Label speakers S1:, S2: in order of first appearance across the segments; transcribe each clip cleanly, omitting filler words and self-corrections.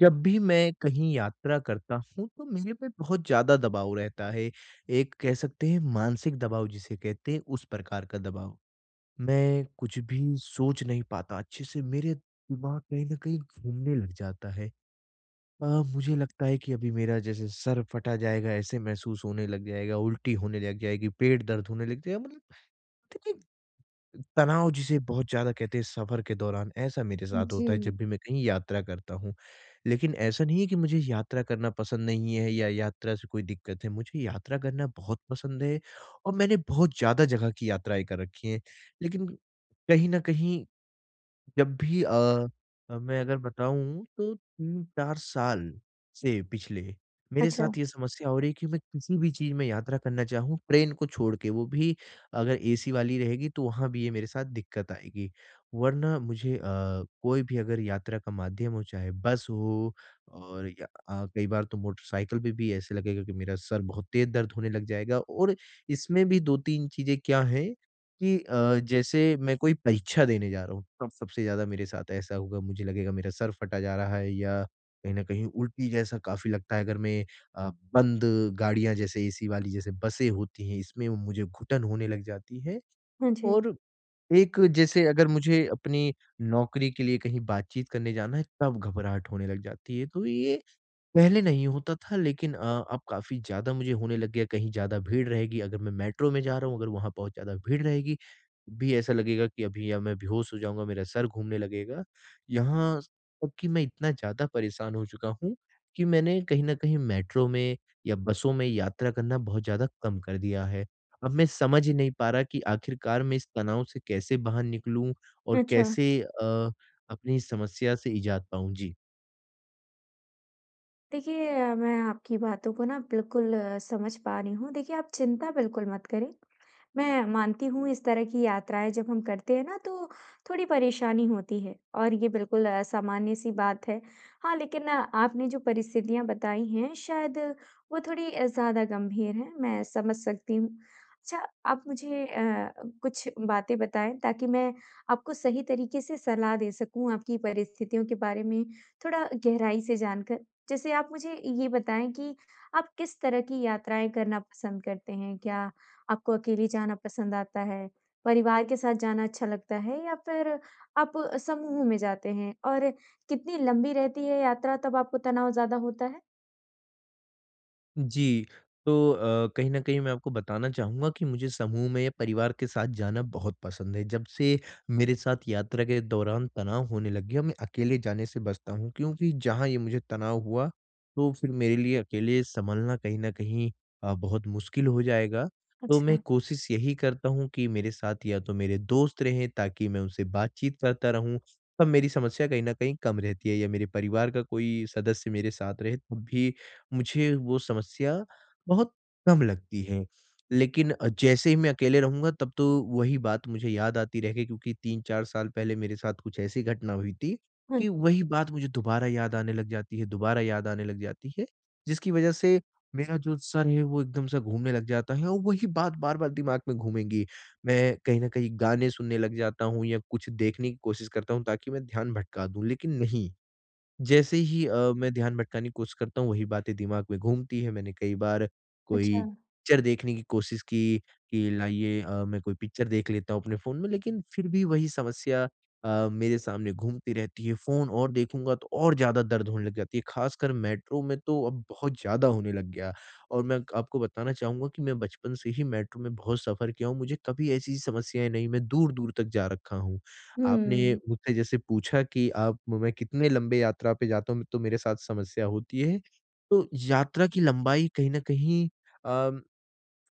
S1: जब भी मैं कहीं यात्रा करता हूँ तो मेरे पे बहुत ज़्यादा दबाव रहता है। एक कह सकते हैं मानसिक दबाव जिसे कहते हैं, उस प्रकार का दबाव। मैं कुछ भी सोच नहीं पाता अच्छे से, मेरे दिमाग कहीं न कहीं घूमने लग जाता है। अ, मुझे लगता है कि अभी मेरा जैसे सर फटा जाएगा, ऐसे महसूस होने लग जाएगा, उल्टी होने लग जाएगी, पेट दर्द होने लग जाएगा। मतलब, तनाव जिसे बहुत ज़्यादा कहते हैं सफ़र के दौरान, ऐसा मेरे साथ
S2: जी।
S1: होता है जब भी मैं कहीं यात्रा करता हूँ। लेकिन ऐसा नहीं है कि मुझे यात्रा करना पसंद नहीं है या यात्रा से कोई दिक्कत है, मुझे यात्रा करना बहुत पसंद है और मैंने बहुत ज़्यादा जगह की यात्राएँ कर रखी हैं। लेकिन कहीं न कहीं, जब भी मैं अगर बताऊँ तो 3-4 साल से पिछले, मेरे
S2: अच्छा।
S1: साथ ये समस्या हो रही है कि मैं किसी भी चीज़ में यात्रा करना चाहूँ, ट्रेन को छोड़ के। वो भी अगर एसी वाली रहेगी तो वहाँ भी ये मेरे साथ दिक्कत आएगी। वरना मुझे कोई भी अगर यात्रा का माध्यम हो, चाहे बस हो और या कई बार तो मोटरसाइकिल पे भी ऐसे लगेगा कि मेरा सर बहुत तेज़ दर्द होने लग जाएगा। और इसमें भी 2-3 चीज़ें क्या हैं कि जैसे मैं कोई परीक्षा देने जा रहा हूँ, तब सबसे ज़्यादा मेरे साथ ऐसा होगा, मुझे लगेगा मेरा सर फटा जा रहा है या कहीं न कहीं उल्टी जैसा काफ़ी लगता है। अगर मैं अ, बंद गाड़ियाँ, जैसे एसी वाली जैसे बसें होती हैं, इसमें मुझे घुटन होने लग जाती है।
S2: हाँ जी।
S1: और एक, जैसे अगर मुझे अपनी नौकरी के लिए कहीं बातचीत करने जाना है, तब घबराहट होने लग जाती है। तो ये पहले नहीं होता था, लेकिन अब काफ़ी ज़्यादा मुझे होने लग गया। कहीं ज़्यादा भीड़ रहेगी, अगर मैं मेट्रो में जा रहा हूँ, अगर वहाँ बहुत ज़्यादा भीड़ रहेगी, भी ऐसा लगेगा कि अभी या मैं बेहोश हो जाऊँगा, मेरा सर घूमने लगेगा। यहाँ तक कि मैं इतना ज़्यादा परेशान हो चुका हूँ कि मैंने कहीं न कहीं मेट्रो में या बसों में यात्रा करना बहुत ज़्यादा कम कर दिया है। अब मैं समझ ही नहीं पा रहा कि आखिरकार मैं इस तनाव से कैसे बाहर निकलूँ और
S2: अच्छा।
S1: कैसे अपनी समस्या से इज़ाद पाऊँ? जी।
S2: देखिए, मैं आपकी बातों को ना बिल्कुल समझ पा रही हूँ। देखिए, आप चिंता बिल्कुल मत करें। मैं मानती हूँ इस तरह की यात्राएँ जब हम करते हैं ना तो थोड़ी परेशानी होती है और ये बिल्कुल सामान्य सी बात है। हाँ, लेकिन आपने जो परिस्थितियाँ बताई हैं शायद वो थोड़ी ज़्यादा गंभीर हैं, मैं समझ सकती हूँ। अच्छा, आप मुझे कुछ बातें बताएँ ताकि मैं आपको सही तरीके से सलाह दे सकूँ आपकी परिस्थितियों के बारे में थोड़ा गहराई से जानकर। जैसे आप मुझे ये बताएँ कि आप किस तरह की यात्राएँ करना पसंद करते हैं? क्या आपको अकेले जाना पसंद आता है? परिवार के साथ जाना अच्छा लगता है या फिर आप समूह में जाते हैं? और कितनी लंबी रहती है यात्रा तब आपको तनाव ज़्यादा होता है?
S1: जी, तो कहीं न कहीं मैं आपको बताना चाहूँगा कि मुझे समूह में या परिवार के साथ जाना बहुत पसंद है। जब से मेरे साथ यात्रा के दौरान तनाव होने लग गया, मैं अकेले जाने से बचता हूँ, क्योंकि जहाँ ये मुझे तनाव हुआ, तो फिर मेरे लिए अकेले सँभलना कहीं न कहीं बहुत मुश्किल हो जाएगा। तो मैं
S2: अच्छा।
S1: कोशिश यही करता हूँ कि मेरे साथ या तो मेरे दोस्त रहें ताकि मैं उनसे बातचीत करता रहूँ, तब मेरी समस्या कहीं न कहीं कम रहती है, या मेरे परिवार का कोई सदस्य मेरे साथ रहे तब भी मुझे वो समस्या बहुत कम लगती है। लेकिन जैसे ही मैं अकेले रहूँगा, तब तो वही बात मुझे याद आती रहेगी, क्योंकि 3-4 साल पहले मेरे साथ कुछ ऐसी घटना हुई थी
S2: हाँ।
S1: कि वही बात मुझे दोबारा याद आने लग जाती है, दोबारा याद आने लग जाती है, जिसकी वज़ह से मेरा जो सर है वो एकदम से घूमने लग जाता है और वही बात बार-बार दिमाग में घूमेंगी। मैं कहीं न कहीं गाने सुनने लग जाता हूँ या कुछ देखने की कोशिश करता हूँ ताकि मैं ध्यान भटका दूँ, लेकिन नहीं। जैसे ही मैं ध्यान भटकाने की कोशिश करता हूँ, वही बातें दिमाग में घूमती हैं। मैंने कई बार कोई
S2: अच्छा।
S1: पिक्चर देखने की कोशिश की कि लाइए, मैं कोई पिक्चर देख लेता हूँ अपने फ़ोन में, लेकिन फिर भी वही समस्या मेरे सामने घूमती रहती है। फ़ोन और देखूँगा तो और ज़्यादा दर्द होने लग जाती है, ख़ासकर मेट्रो में तो अब बहुत ज़्यादा होने लग गया। और मैं आपको बताना चाहूँगा कि मैं बचपन से ही मेट्रो में बहुत सफ़र किया हूँ, मुझे कभी ऐसी समस्याएँ नहीं, मैं दूर-दूर तक जा रखा हूँ। आपने
S2: हुँ।
S1: मुझसे जैसे पूछा कि आप मैं कितने लंबे यात्रा पे जाता हूँ, तो मेरे साथ समस्या होती है। तो यात्रा की लंबाई कहीं न कहीं अ,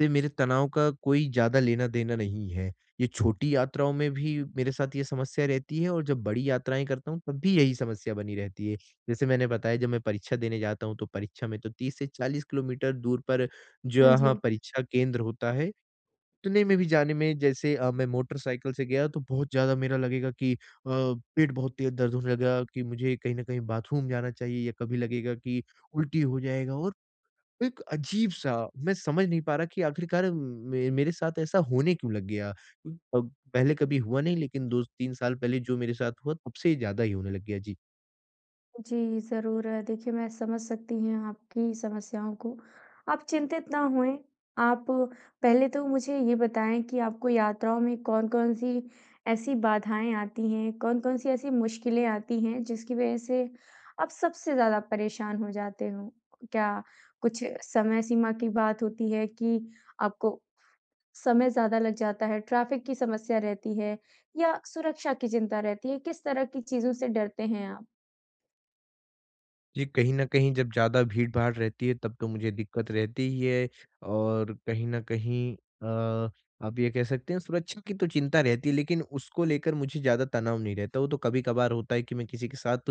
S1: से मेरे तनाव का कोई ज़्यादा लेना-देना नहीं है। ये छोटी यात्राओं में भी मेरे साथ ये समस्या रहती है, और जब बड़ी यात्राएँ करता हूँ, तब भी यही समस्या बनी रहती है। जैसे मैंने बताया, जब मैं परीक्षा देने जाता हूँ, तो परीक्षा में तो 30 से 40 किलोमीटर दूर पर
S2: हाँ जी।
S1: जहाँ परीक्षा केंद्र होता है, इतने में भी जाने में, जैसे मैं मोटरसाइकिल से गया, तो बहुत ज़्यादा मेरा लगेगा कि पेट बहुत तेज़ दर्द होने लगा, कि मुझे कहीं न कहीं बाथरूम जाना चाहिए, या कभी लगेगा कि उल्टी हो जाएगा, और एक अजीब-सा, मैं समझ नहीं पा रहा कि आखिरकार मे मेरे साथ ऐसा होने क्यों लग गया। अब पहले कभी हुआ नहीं, लेकिन 2-3 साल पहले जो मेरे साथ हुआ, तब से ज़्यादा ही होने लग गया। जी।
S2: जी, ज़रूर। देखिए, मैं समझ सकती हैं आपकी समस्याओं को। आप चिंतित ना होएँ। आप पहले तो मुझे ये बताएँ कि आपको यात्राओं में कौन-कौन सी ऐसी बाधाएँ आती हैं, कौन-कौन सी ऐसी मुश्किलें आती हैं, जिसकी वजह से आप सबसे ज़्यादा परेशान हो जाते हो? क्या कुछ समय सीमा की बात होती है कि आपको समय ज़्यादा लग जाता है, ट्रैफ़िक की समस्या रहती है या सुरक्षा की चिंता रहती है? किस तरह की चीज़ों से डरते हैं आप?
S1: जी, कहीं न कहीं जब ज़्यादा भीड़-भाड़ रहती है, तब तो मुझे दिक्कत रहती ही है, और कहीं न कहीं अ, आप ये कह सकते हैं सुरक्षा की तो चिंता रहती है, लेकिन उसको लेकर मुझे ज़्यादा तनाव नहीं रहता। वो तो कभी-कभार होता है कि मैं किसी के साथ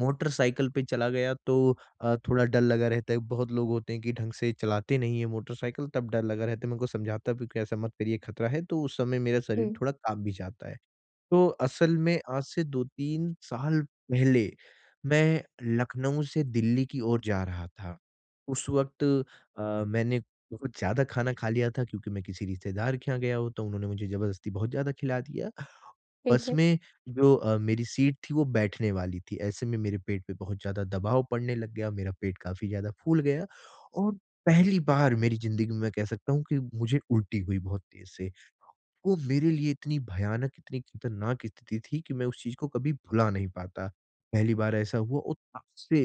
S1: मोटरसाइकिल पे चला गया, तो थोड़ा डर लगा रहता है। बहुत लोग होते हैं कि ढंग से चलाते नहीं है मोटरसाइकिल, तब डर लगा रहता है। मैं उनको समझाता भी हूँ कि ऐसा मत करिए खतरा है, तो उस समय मेरा
S2: जी,
S1: शरीर थोड़ा काँप भी जाता है। तो असल में आज से 2-3 साल पहले, मैं लखनऊ से दिल्ली की ओर जा रहा था। उस वक़्त मैंने बहुत ज़्यादा खाना खा लिया था, क्योंकि मैं किसी रिश्तेदार के यहाँ गया होता हूँ, उन्होंने मुझे ज़बरदस्ती बहुत ज़्यादा खिला दिया।
S2: ठीक
S1: बस
S2: है।
S1: में जो मेरी सीट थी वो बैठने वाली थी, ऐसे में मेरे पेट पे बहुत ज़्यादा दबाव पड़ने लग गया, मेरा पेट काफ़ी ज़्यादा फूल गया, और पहली बार मेरी ज़िंदगी में मैं कह सकता हूँ कि मुझे उल्टी हुई बहुत तेज़ से। वो मेरे लिए इतनी भयानक, इतनी खतरनाक स्थिति थी कि मैं उस चीज़ को कभी भुला नहीं पाता। पहली बार ऐसा हुआ, और तब से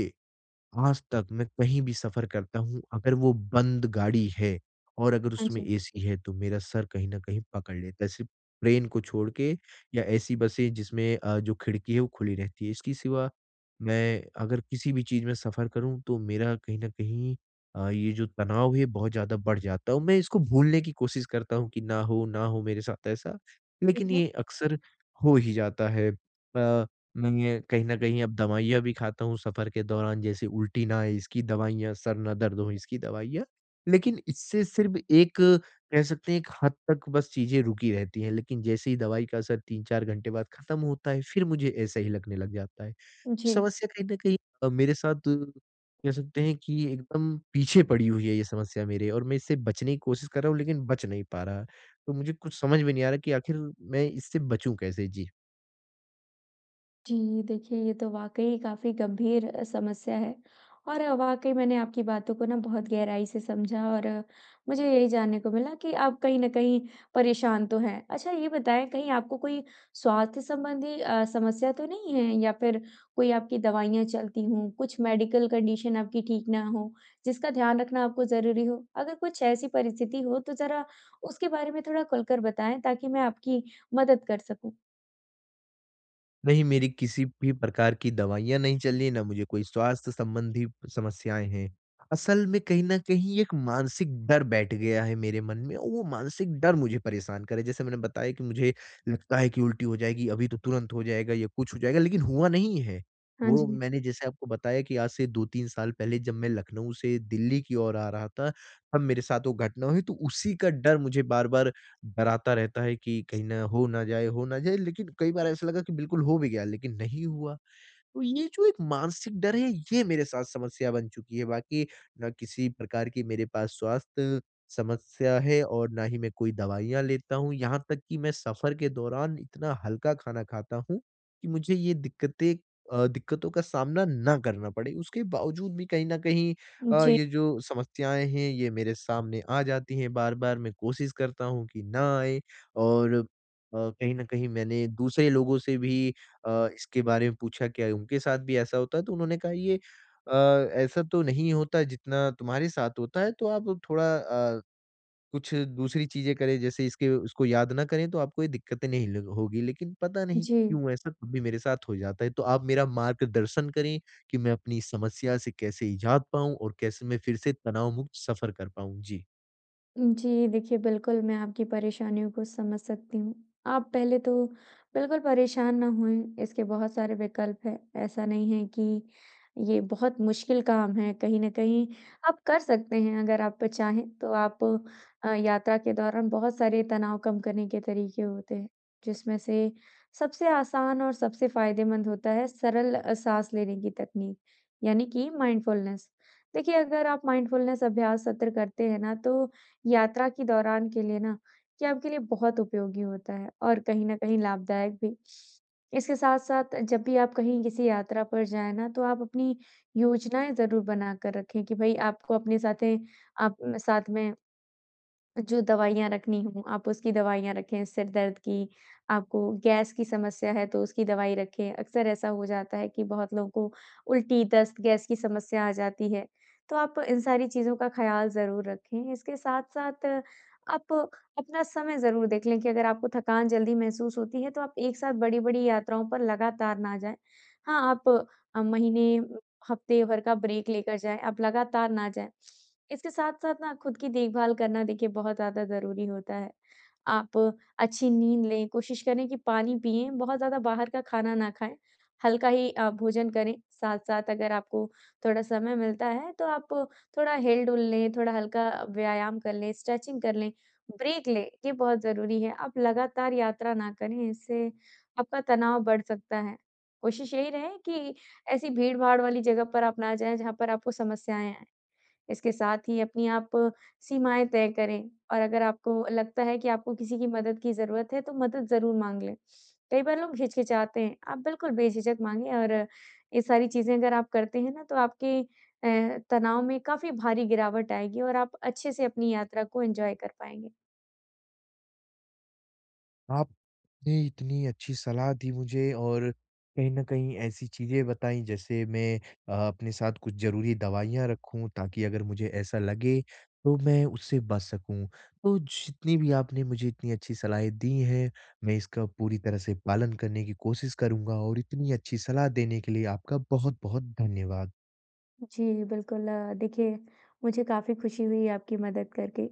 S1: आज तक मैं कहीं भी सफ़र करता हूँ, अगर वो बंद गाड़ी है और अगर
S2: हाँ
S1: उसमें
S2: जी,
S1: एसी है, तो मेरा सर कहीं न कहीं पकड़ लेता है। सिर्फ़ ट्रेन को छोड़ के, या ऐसी बसें जिसमें जो खिड़की है वो खुली रहती है। इसके सिवा मैं अगर किसी भी चीज़ में सफ़र करूँ, तो मेरा कहीं न कहीं ये जो तनाव है बहुत ज़्यादा बढ़ जाता है, और मैं इसको भूलने की कोशिश करता हूँ कि ना हो मेरे साथ ऐसा, लेकिन
S2: ठीक है।
S1: ये अक्सर हो ही जाता है। अ मैं ये कहीं न कहीं अब दवाइयाँ भी खाता हूँ सफ़र के दौरान, जैसे उल्टी ना आए इसकी दवाइयाँ, सर ना दर्द हो इसकी दवाइयाँ। लेकिन इससे सिर्फ़ एक, कह सकते हैं एक हद तक बस चीज़ें रुकी रहती हैं, लेकिन जैसे ही दवाई का असर 3-4 घंटे बाद ख़त्म होता है, फिर मुझे ऐसा ही लगने लग जाता है।
S2: जी,
S1: समस्या कहीं न कहीं मेरे साथ कह सकते हैं कि एकदम पीछे पड़ी हुई है ये समस्या मेरे, और मैं इससे बचने की कोशिश कर रहा हूँ लेकिन बच नहीं पा रहा। तो मुझे कुछ समझ में नहीं आ रहा कि आखिर मैं इससे बचूँ कैसे? जी।
S2: जी, देखिए ये तो वाक़ई काफ़ी गंभीर समस्या है और वाक़ई मैंने आपकी बातों को ना बहुत गहराई से समझा और मुझे यही जानने को मिला कि आप कहीं न कहीं परेशान तो हैं। अच्छा ये बताएँ कहीं आपको कोई स्वास्थ्य संबंधी समस्या तो नहीं है या फिर कोई आपकी दवाइयाँ चलती हों, कुछ मेडिकल कंडीशन आपकी ठीक ना हो, जिसका ध्यान रखना आपको ज़रूरी हो? अगर कुछ ऐसी परिस्थिति हो तो ज़रा उसके बारे में थोड़ा खुलकर बताएँ ताकि मैं आपकी मदद कर सकूँ।
S1: नहीं, मेरी किसी भी प्रकार की दवाइयाँ नहीं चली, ना मुझे कोई स्वास्थ्य संबंधी समस्याएँ हैं। असल में कहीं न कहीं एक मानसिक डर बैठ गया है मेरे मन में, और वो मानसिक डर मुझे परेशान करे। जैसे मैंने बताया कि मुझे लगता है कि उल्टी हो जाएगी, अभी तो तुरंत हो जाएगा या कुछ हो जाएगा, लेकिन हुआ नहीं है।
S2: हाँ
S1: वो
S2: जी।
S1: मैंने जैसे आपको बताया कि आज से 2-3 साल पहले जब मैं लखनऊ से दिल्ली की ओर आ रहा था, तब मेरे साथ वो घटना हुई, तो उसी का डर मुझे बार-बार डराता रहता है कि कहीं ना हो ना जाए, हो ना जाए, लेकिन कई बार ऐसा लगा कि बिल्कुल हो भी गया, लेकिन नहीं हुआ। तो ये जो एक मानसिक डर है, ये मेरे साथ समस्या बन चुकी है, बाकी ना किसी प्रकार की मेरे पास स्वास्थ्य समस्या है, और ना ही मैं कोई दवाइयाँ लेता हूँ। यहाँ तक कि मैं सफ़र के दौरान इतना हल्का खाना खाता हूँ कि मुझे ये दिक्कतें, दिक्कतों का सामना ना करना पड़े। उसके बावजूद भी कहीं न कहीं
S2: जी,
S1: ये जो समस्याएँ हैं, ये मेरे सामने आ जाती हैं बार-बार। मैं कोशिश करता हूँ कि ना आए, और कहीं न कहीं मैंने दूसरे लोगों से भी इसके बारे में पूछा, क्या उनके साथ भी ऐसा होता है? तो उन्होंने कहा, ये अ, ऐसा तो नहीं होता जितना तुम्हारे साथ होता है, तो आप थोड़ा कुछ दूसरी चीज़ें करें, जैसे इसके उसको याद ना करें तो आपको ये दिक्कतें नहीं ल होगी। लेकिन पता नहीं
S2: जी।
S1: क्यों ऐसा कभी मेरे साथ हो जाता है। तो आप मेरा मार्गदर्शन करें कि मैं अपनी इस समस्या से कैसे इजात पाऊँ, और कैसे मैं फिर से तनाव मुक्त सफ़र कर पाऊँ? जी।
S2: जी, देखिए बिल्कुल, मैं आपकी परेशानियों को समझ सकती हूँ। आप पहले तो बिल्कुल परेशान ना होएँ, इसके बहुत सारे विकल्प हैं। ऐसा नहीं है कि ये बहुत मुश्किल काम है, कहीं न कहीं आप कर सकते हैं अगर आप चाहें तो आप यात्रा के दौरान बहुत सारे तनाव कम करने के तरीके होते हैं, जिसमें से सबसे आसान और सबसे फ़ायदेमंद होता है सरल साँस लेने की तकनीक, यानी कि माइंडफुलनेस। देखिए, अगर आप माइंडफुलनेस अभ्यास सत्र करते हैं ना, तो यात्रा के दौरान के लिए ना ये आपके लिए बहुत उपयोगी होता है और कहीं न कहीं लाभदायक भी। इसके साथ-साथ जब भी आप कहीं किसी यात्रा पर जाएँ ना तो आप अपनी योजनाएँ ज़रूर बनाकर रखें कि भई आपको अपने साथे आप साथ में जो दवाइयाँ रखनी हों, आप उसकी दवाइयाँ रखें, सिर दर्द की, आपको गैस की समस्या है तो उसकी दवाई रखें। अक्सर ऐसा हो जाता है कि बहुत लोगों को उल्टी, दस्त, गैस की समस्या आ जाती है, तो आप इन सारी चीज़ों का ख़्याल ज़रूर रखें। इसके साथ-साथ आप अपना समय ज़रूर देख लें कि अगर आपको थकान जल्दी महसूस होती है तो आप एक साथ बड़ी-बड़ी यात्राओं पर लगातार ना जाएँ। हाँ, आप महीने, हफ़्ते भर का ब्रेक लेकर जाएँ, आप लगातार ना जाएँ। इसके साथ-साथ ना खुद की देखभाल करना देखिए बहुत ज़्यादा ज़रूरी होता है। आप अच्छी नींद लें, कोशिश करें कि पानी पिएँ, बहुत ज़्यादा बाहर का खाना ना खाएँ, हल्का ही भोजन करें। साथ-साथ अगर आपको थोड़ा समय मिलता है तो आप थोड़ा हिल-डुल लें, थोड़ा हल्का व्यायाम कर लें, स्ट्रेचिंग कर लें, ब्रेक लें, ये बहुत ज़रूरी है। आप लगातार यात्रा ना करें, इससे आपका तनाव बढ़ सकता है। कोशिश यही रहे कि ऐसी भीड़-भाड़ वाली जगह पर आप ना जाएँ जहाँ पर आपको समस्याएँ आएँ। इसके साथ ही अपनी आप सीमाएँ तय करें और अगर आपको लगता है कि आपको किसी की मदद की ज़रूरत है, तो मदद ज़रूर माँग लें। कई बार लोग हिचकिचाते हैं, आप बिल्कुल बेझिझक माँगे और ये सारी चीज़ें अगर आप करते हैं ना, तो आपके तनाव में काफ़ी भारी गिरावट आएगी और आप अच्छे से अपनी यात्रा को एन्जॉय कर पाएँगे।
S1: आपने इतनी अच्छी सलाह दी मुझे, और कहीं न कहीं ऐसी चीज़ें बताई जैसे मैं अपने साथ कुछ ज़रूरी दवाइयाँ रखूँ ताकि अगर मुझे ऐसा लगे तो मैं उससे बच सकूँ। तो जितनी भी आपने मुझे इतनी अच्छी सलाहें दी हैं, मैं इसका पूरी तरह से पालन करने की कोशिश करूँगा, और इतनी अच्छी सलाह देने के लिए आपका बहुत-बहुत धन्यवाद।
S2: जी, बिल्कुल। देखिए, मुझे काफ़ी खुशी हुई आपकी मदद करके।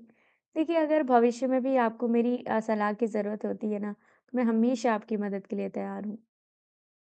S2: देखिए, अगर भविष्य में भी आपको मेरी सलाह की ज़रूरत होती है ना, तो मैं हमेशा आपकी मदद के लिए तैयार हूँ।